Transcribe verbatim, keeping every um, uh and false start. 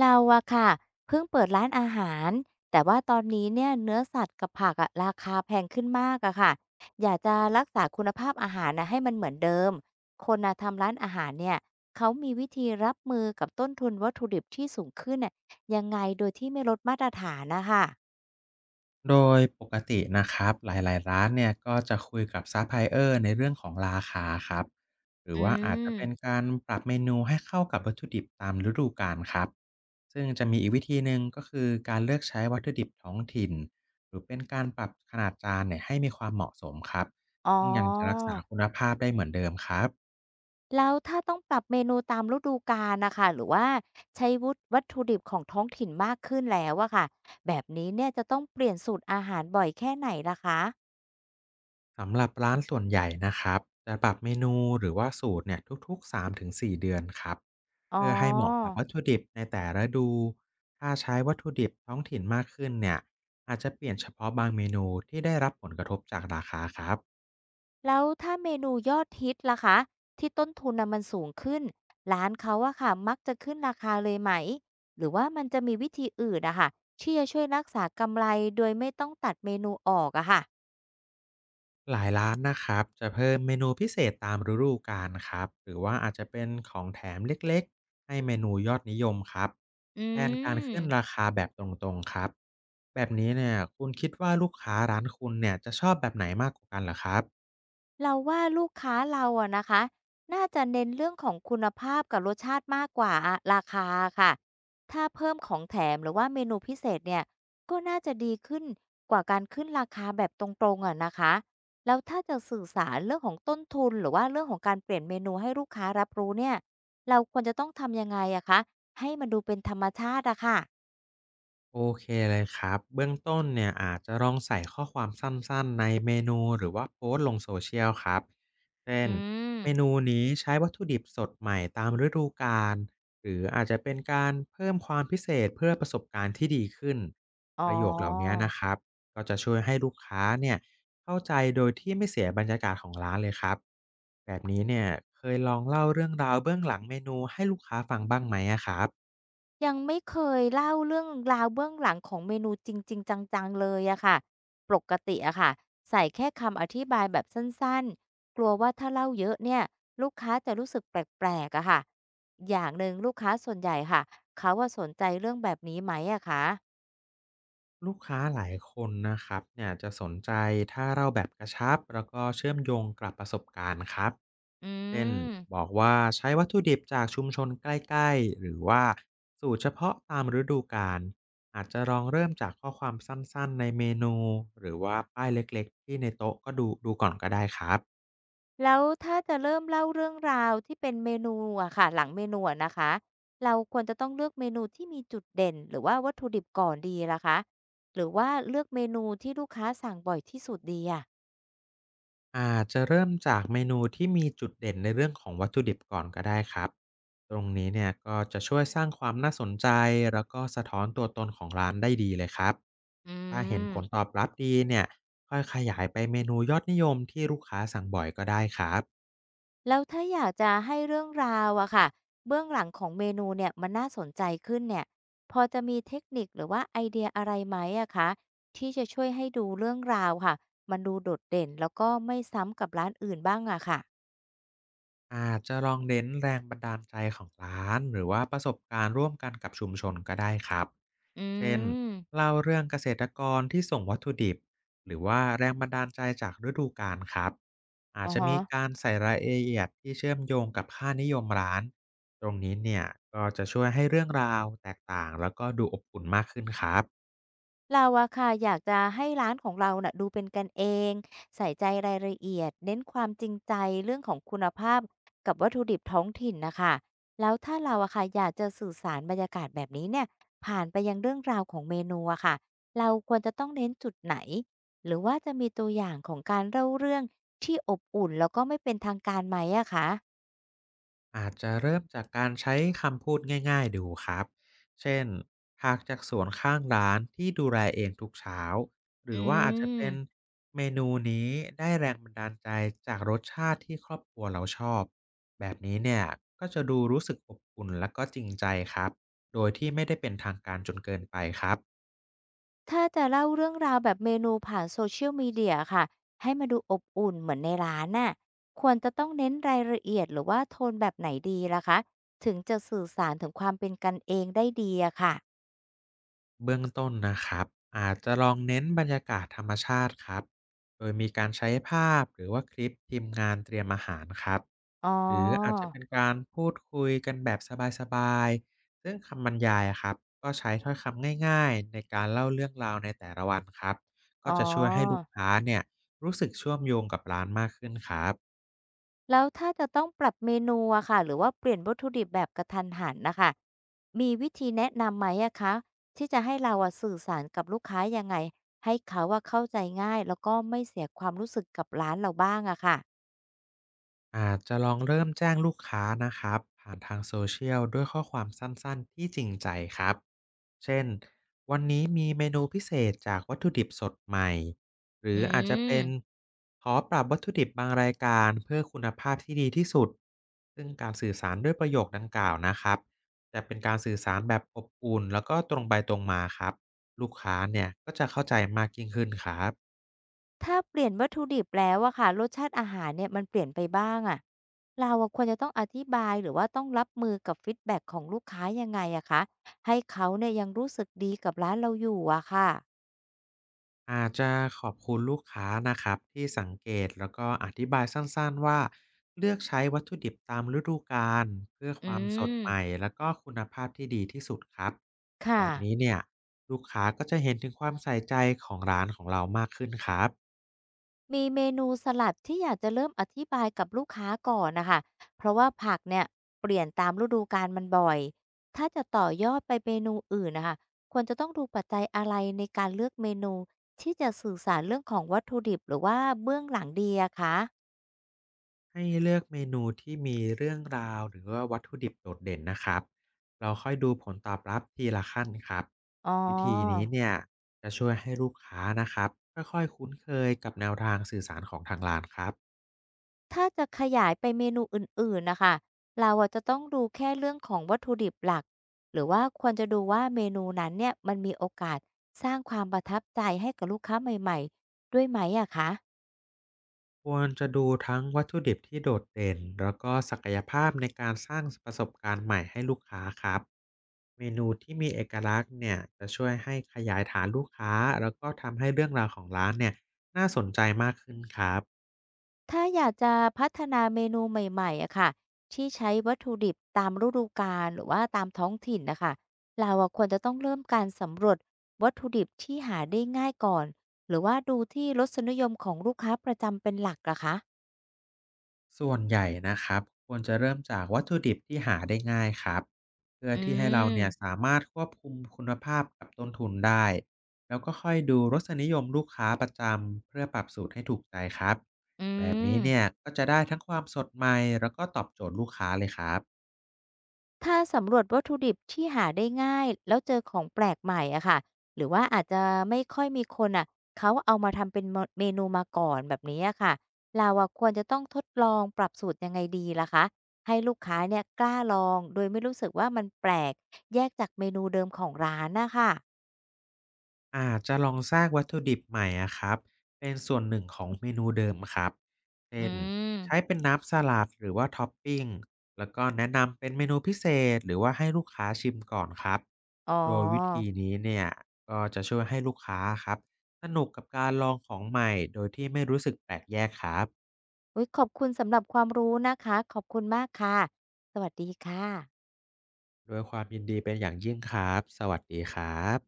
เราอะค่ะเพิ่งเปิดร้านอาหารแต่ว่าตอนนี้เนี่ยเนื้อสัตว์กับผักอะราคาแพงขึ้นมากอะค่ะอยากจะรักษาคุณภาพอาหารนะให้มันเหมือนเดิมคนนะทำร้านอาหารเนี่ยเขามีวิธีรับมือกับต้นทุนวัตถุดิบที่สูงขึ้นน่ะยังไงโดยที่ไม่ลดมาตรฐานนะคะโดยปกตินะครับหลายๆร้านเนี่ยก็จะคุยกับซัปพลายเออร์ในเรื่องของราคาครับหรือือว่าอาจจะเป็นมการปรับเมนูให้เข้ากับวัตถุดิบตามฤดูกาลครับซึ่งจะมีอีกวิธีหนึ่งก็คือการเลือกใช้วัตถุดิบท้องถิ่นหรือเป็นการปรับขนาดจานเนี่ยให้มีความเหมาะสมครับอ๋อ ซึ่งยังจะรักษาคุณภาพได้เหมือนเดิมครับแล้วถ้าต้องปรับเมนูตามฤดูกาลนะคะหรือว่าใช้วุฒวัตถุดิบของท้องถิ่นมากขึ้นแล้วอะค่ะแบบนี้เนี่ยจะต้องเปลี่ยนสูตรอาหารบ่อยแค่ไหนล่ะคะสำหรับร้านส่วนใหญ่นะครับจะปรับเมนูหรือว่าสูตรเนี่ยทุกๆสามถึงสี่เดือนครับ อ๋เพื่อให้เหมาะกับอวัตถุดิบในแต่ละฤดูถ้าใช้วัตถุดิบท้องถิ่นมากขึ้นเนี่ยอาจจะเปลี่ยนเฉพาะบางเมนูที่ได้รับผลกระทบจากราคาครับแล้วถ้าเมนูยอดฮิตล่ะคะที่ต้นทุนน่ะมันสูงขึ้นร้านเขาอะค่ะมักจะขึ้นราคาเลยไหมหรือว่ามันจะมีวิธีอื่นอะค่ะที่จะช่วยรักษากำไรโดยไม่ต้องตัดเมนูออกอะค่ะหลายร้านนะครับจะเพิ่มเมนูพิเศษตามฤดูกาลครับหรือว่าอาจจะเป็นของแถมเล็กๆให้เมนูยอดนิยมครับอืแทนการขึ้นราม คาแบบตรงๆครับแบบนี้เนี่ยคุณคิดว่าลูกค้าร้านคุณเนี่ยจะชอบแบบไหนมากกว่ากันเหรอครับ เราว่าลูกค้าเราอะนะคะน่าจะเน้นเรื่องของคุณภาพกับรสชาติมากกว่าอะราคาค่ะถ้าเพิ่มของแถมหรือว่าเมนูพิเศษเนี่ยก็น่าจะดีขึ้นกว่าการขึ้นราคาแบบตรงๆอะนะคะแล้วถ้าจะสื่อสารเรื่องของต้นทุนหรือว่าเรื่องของการเปลี่ยนเมนูให้ลูกค้ารับรู้เนี่ยเราควรจะต้องทำยังไงอะคะให้มันดูเป็นธรรมชาติอะค่ะโอเคเลยครับเบื้องต้นเนี่ยอาจจะลองใส่ข้อความสั้นๆในเมนูหรือว่าโพสต์ลง โซเชียล ครับเช่อืนมเมนูนี้ใช้วัตถุดิบสดใหม่ตามฤดูกาลหรืออาจจะเป็นการเพิ่มความพิเศษเพื่อประสบการณ์ที่ดีขึ้นอ๋อ ประโยคเหล่านี้นะครับก็จะช่วยให้ลูกค้าเนี่ยเข้าใจโดยที่ไม่เสียบรรยากาศของร้านเลยครับแบบนี้เนี่ยเคยลองเล่าเรื่องราวเบื้องหลังเมนูให้ลูกค้าฟังบ้างไหมอะครับ ยังไม่เคยเล่าเรื่องราวเบื้องหลังของเมนูจริงๆจังๆเลยอะค่ะปกติอะค่ะใส่แค่คำอธิบายแบบสั้นๆ กลัวว่าถ้าเล่าเยอะเนี่ยลูกค้าจะรู้สึกแปลกๆอะค่ะอย่างหนึ่งลูกค้าส่วนใหญ่ค่ะเขาอะสนใจเรื่องแบบนี้ไหมอะคะลูกค้าหลายคนนะครับเนี่ยจะสนใจถ้าเล่าแบบกระชับแล้วก็เชื่อมโยงกับประสบการณ์ครับอืเช่นม บอกว่าใช้วัตถุดิบจากชุมชนใกล้ๆหรือว่าสูตรเฉพาะตามฤดูกาลอาจจะลองเริ่มจากข้อความสั้นๆในเมนูหรือว่าป้ายเล็กๆที่ในโต๊ะก็ดูดูก่อนก็ได้ครับ แล้วถ้าจะเริ่มเล่าเรื่องราวที่เป็นเมนูอะค่ะหลังเมนูอะนะคะเราควรจะต้องเลือกเมนูที่มีจุดเด่นหรือว่าวัตถุดิบก่อนดีล่ะคะหรือว่าเลือกเมนูที่ลูกค้าสั่งบ่อยที่สุดดีอะอาจจะเริ่มจากเมนูที่มีจุดเด่นในเรื่องของวัตถุดิบก่อนก็ได้ครับตรงนี้เนี่ยก็จะช่วยสร้างความน่าสนใจแล้วก็สะท้อนตัวตนของร้านได้ดีเลยครับอืถ้าเห็นมผลตอบรับดีเนี่ยค่อยขยายไปเมนูยอดนิยมที่ลูกค้าสั่งบ่อยก็ได้ครับแล้วถ้าอยากจะให้เรื่องราวอะค่ะเบื้องหลังของเมนูเนี่ยมันน่าสนใจขึ้นเนี่ยพอจะมีเทคนิคหรือว่าไอเดียอะไรไหมอะคะที่จะช่วยให้ดูเรื่องราวค่ะมันดูโดดเด่นแล้วก็ไม่ซ้ำกับร้านอื่นบ้างอะค่ะอาจจะลองเน้นแรงบันดาลใจของร้านหรือว่าประสบการณ์ร่วมกันกับชุมชนก็ได้ครับ อืเช่นมเล่าเรื่องเกษตรกรที่ส่งวัตถุดิบหรือว่าแรงบันดาลใจจากฤดูกาลครับอาจอ๋อ จะมีการใส่รายละเอียดที่เชื่อมโยงกับค่านิยมร้านตรงนี้เนี่ยก็จะช่วยให้เรื่องราวแตกต่างแล้วก็ดูอบอุ่นมากขึ้นครับ เราอะค่ะอยากจะให้ร้านของเราน่ะดูเป็นกันเองใส่ใจรายละเอียดเน้นความจริงใจเรื่องของคุณภาพกับวัตถุดิบท้องถิ่นนะคะแล้วถ้าเราอะค่ะอยากจะสื่อสารบรรยากาศแบบนี้เนี่ยผ่านไปยังเรื่องราวของเมนูอะค่ะเราควรจะต้องเน้นจุดไหนหรือว่าจะมีตัวอย่างของการเล่าเรื่องที่อบอุ่นแล้วก็ไม่เป็นทางการไหมอะคะอาจจะเริ่มจากการใช้คำพูดง่ายๆดูครับเช่นหากจากสวนข้างร้านที่ดูแลเองทุกเช้าหรือือว่าอาจจะม เป็นเมนูนี้ได้แรงบันดาลใจจากรสชาติที่ครอบครัวเราชอบแบบนี้เนี่ยก็จะดูรู้สึกอบอุ่นและก็จริงใจครับโดยที่ไม่ได้เป็นทางการจนเกินไปครับถ้าจะเล่าเรื่องราวแบบเมนูผ่าน โซเชียล มีเดีย ียลมีเดียค่ะให้มาดูอบอุ่นเหมือนในร้านน่ะควรจะต้องเน้นรายละเอียดหรือว่าโทนแบบไหนดีล่ะคะถึงจะสื่อสารถึงความเป็นกันเองได้ดีอะค่ะเบื้องต้นนะครับอาจจะลองเน้นบรรยากาศธรรมชาติครับโดยมีการใช้ภาพหรือว่าคลิปทีมงานเตรียมอาหารครับ อ๋อหรืออาจจะเป็นการพูดคุยกันแบบสบายๆ ซึ่งคำบรรยายอะครับก็ใช้ถ้อยคำง่ายๆในการเล่าเรื่องราวในแต่ละวันครับก็อ๋จะช่วยให้ลูกอค้าเนี่ยรู้สึกเชื่อมโยงกับร้านมากขึ้นครับ แล้วถ้าจะต้องปรับเมนูอะค่ะหรือว่าเปลี่ยนวัตถุดิบแบบกระทันหันนะคะมีวิธีแนะนำไหมอะคะที่จะให้เราอะสื่อสารกับลูกค้ายังไงให้เขาว่าเข้าใจง่ายแล้วก็ไม่เสียความรู้สึกกับร้านเราบ้างอะค่ะอาจจะลองเริ่มแจ้งลูกค้านะครับผ่านทางโซเชียลด้วยข้อความสั้นๆที่จริงใจครับเช่นวันนี้มีเมนูพิเศษจากวัตถุดิบสดใหม่หรือืออาจจะเป็นม ขอปรับวัตถุดิบบางรายการเพื่อคุณภาพที่ดีที่สุดซึ่งการสื่อสารด้วยประโยคดังกล่าวนะครับจะเป็นการสื่อสารแบบอบอุ่นแล้วก็ตรงไปตรงมาครับลูกค้าเนี่ยก็จะเข้าใจมากยิ่งขึ้นครับ ถ้าเปลี่ยนวัตถุดิบแล้วอะค่ะรสชาติอาหารเนี่ยมันเปลี่ยนไปบ้างอะเราอะควรจะต้องอธิบายหรือว่าต้องรับมือกับฟีดแบ็กของลูกค้ายังไงอะคะให้เขาเนี่ยยังรู้สึกดีกับร้านเราอยู่อะค่ะอาจจะขอบคุณลูกค้านะครับที่สังเกตแล้วก็อธิบายสั้นๆว่าเลือกใช้วัตถุดิบตามฤดูกาลเพื่ออืความสดมใหม่แล้วก็คุณภาพที่ดีที่สุดครับแบค่ะ บนี้เนี่ยลูกค้าก็จะเห็นถึงความใส่ใจของร้านของเรามากขึ้นครับ มีเมนูสลัดที่อยากจะเริ่มอธิบายกับลูกค้าก่อนนะคะ เพราะว่าผักเนี่ยเปลี่ยนตามฤดูกาลมันบ่อย ถ้าจะต่อยอดไปเมนูอื่นนะคะ ควรจะต้องดูปัจจัยอะไรในการเลือกเมนูที่จะสื่อสารเรื่องของวัตถุดิบหรือว่าเบื้องหลังดีอะคะ ให้เลือกเมนูที่มีเรื่องราวหรือว่าวัตถุดิบโดดเด่นนะครับเราค่อยดูผลตอบรับทีละขั้นครับอ๋อ วิธีนี้เนี่ยจะช่วยให้ลูกค้านะครับค่อยๆคุ้นเคยกับแนวทางสื่อสารของทางร้านครับถ้าจะขยายไปเมนูอื่นๆนะคะเราอะจะต้องดูแค่เรื่องของวัตถุดิบหลัก หรือว่าควรจะดูว่าเมนูนั้นเนี่ยมันมีโอกาสสร้างความประทับใจให้กับลูกค้าใหม่ๆด้วยไหมอะคะ ควรจะดูทั้งวัตถุดิบที่โดดเด่นแล้วก็ศักยภาพในการสร้างประสบการณ์ใหม่ให้ลูกค้าครับเมนูที่มีเอกลักษณ์เนี่ยจะช่วยให้ขยายฐานลูกค้าแล้วก็ทำให้เรื่องราวของร้านเนี่ยน่าสนใจมากขึ้นครับ ถ้าอยากจะพัฒนาเมนูใหม่ๆอะค่ะที่ใช้วัตถุดิบตามฤดูกาลหรือว่าตามท้องถิ่นนะคะเราอะควรจะต้องเริ่มการสำรวจวัตถุดิบที่หาได้ง่ายก่อนหรือว่าดูที่รสนิยมของลูกค้าประจำเป็นหลักอะคะส่วนใหญ่นะครับควรจะเริ่มจากวัตถุดิบที่หาได้ง่ายครับเพื่ออืที่ให้เราเนี่ยมสามารถควบคุมคุณภาพกับต้นทุนได้แล้วก็ค่อยดูรสนิยมลูกค้าประจำเพื่อปรับสูตรให้ถูกใจครับอืแบบนี้เนี่ยม ก็จะได้ทั้งความสดใหม่แล้วก็ตอบโจทย์ลูกค้าเลยครับ ถ้าสำรวจวัตถุดิบที่หาได้ง่ายแล้วเจอของแปลกใหม่อะค่ะหรือว่าอาจจะไม่ค่อยมีคนอะเขาเอามาทำเป็นเมนูมาก่อนแบบนี้อะค่ะเราอะควรจะต้องทดลองปรับสูตรยังไงดีล่ะคะให้ลูกค้าเนี่ยกล้าลองโดยไม่รู้สึกว่ามันแปลกแยกจากเมนูเดิมของร้านนะค่ะอาจจะลองสร้างวัตถุดิบใหม่อะครับเป็นส่วนหนึ่งของเมนูเดิมครับอืเช่นใช้มเป็นน้ำสลัดหรือว่าท็อปปิ้งแล้วก็แนะนำเป็นเมนูพิเศษหรือว่าให้ลูกค้าชิมก่อนครับอ๋อโดยวิธีนี้เนี่ยก็จะช่วยให้ลูกค้าครับสนุกกับการลองของใหม่โดยที่ไม่รู้สึกแปลกแยกครับอุ๊ยขอบคุณสำหรับความรู้นะคะขอบคุณมากค่ะสวัสดีค่ะด้วยความยินดีเป็นอย่างยิ่งครับสวัสดีครับ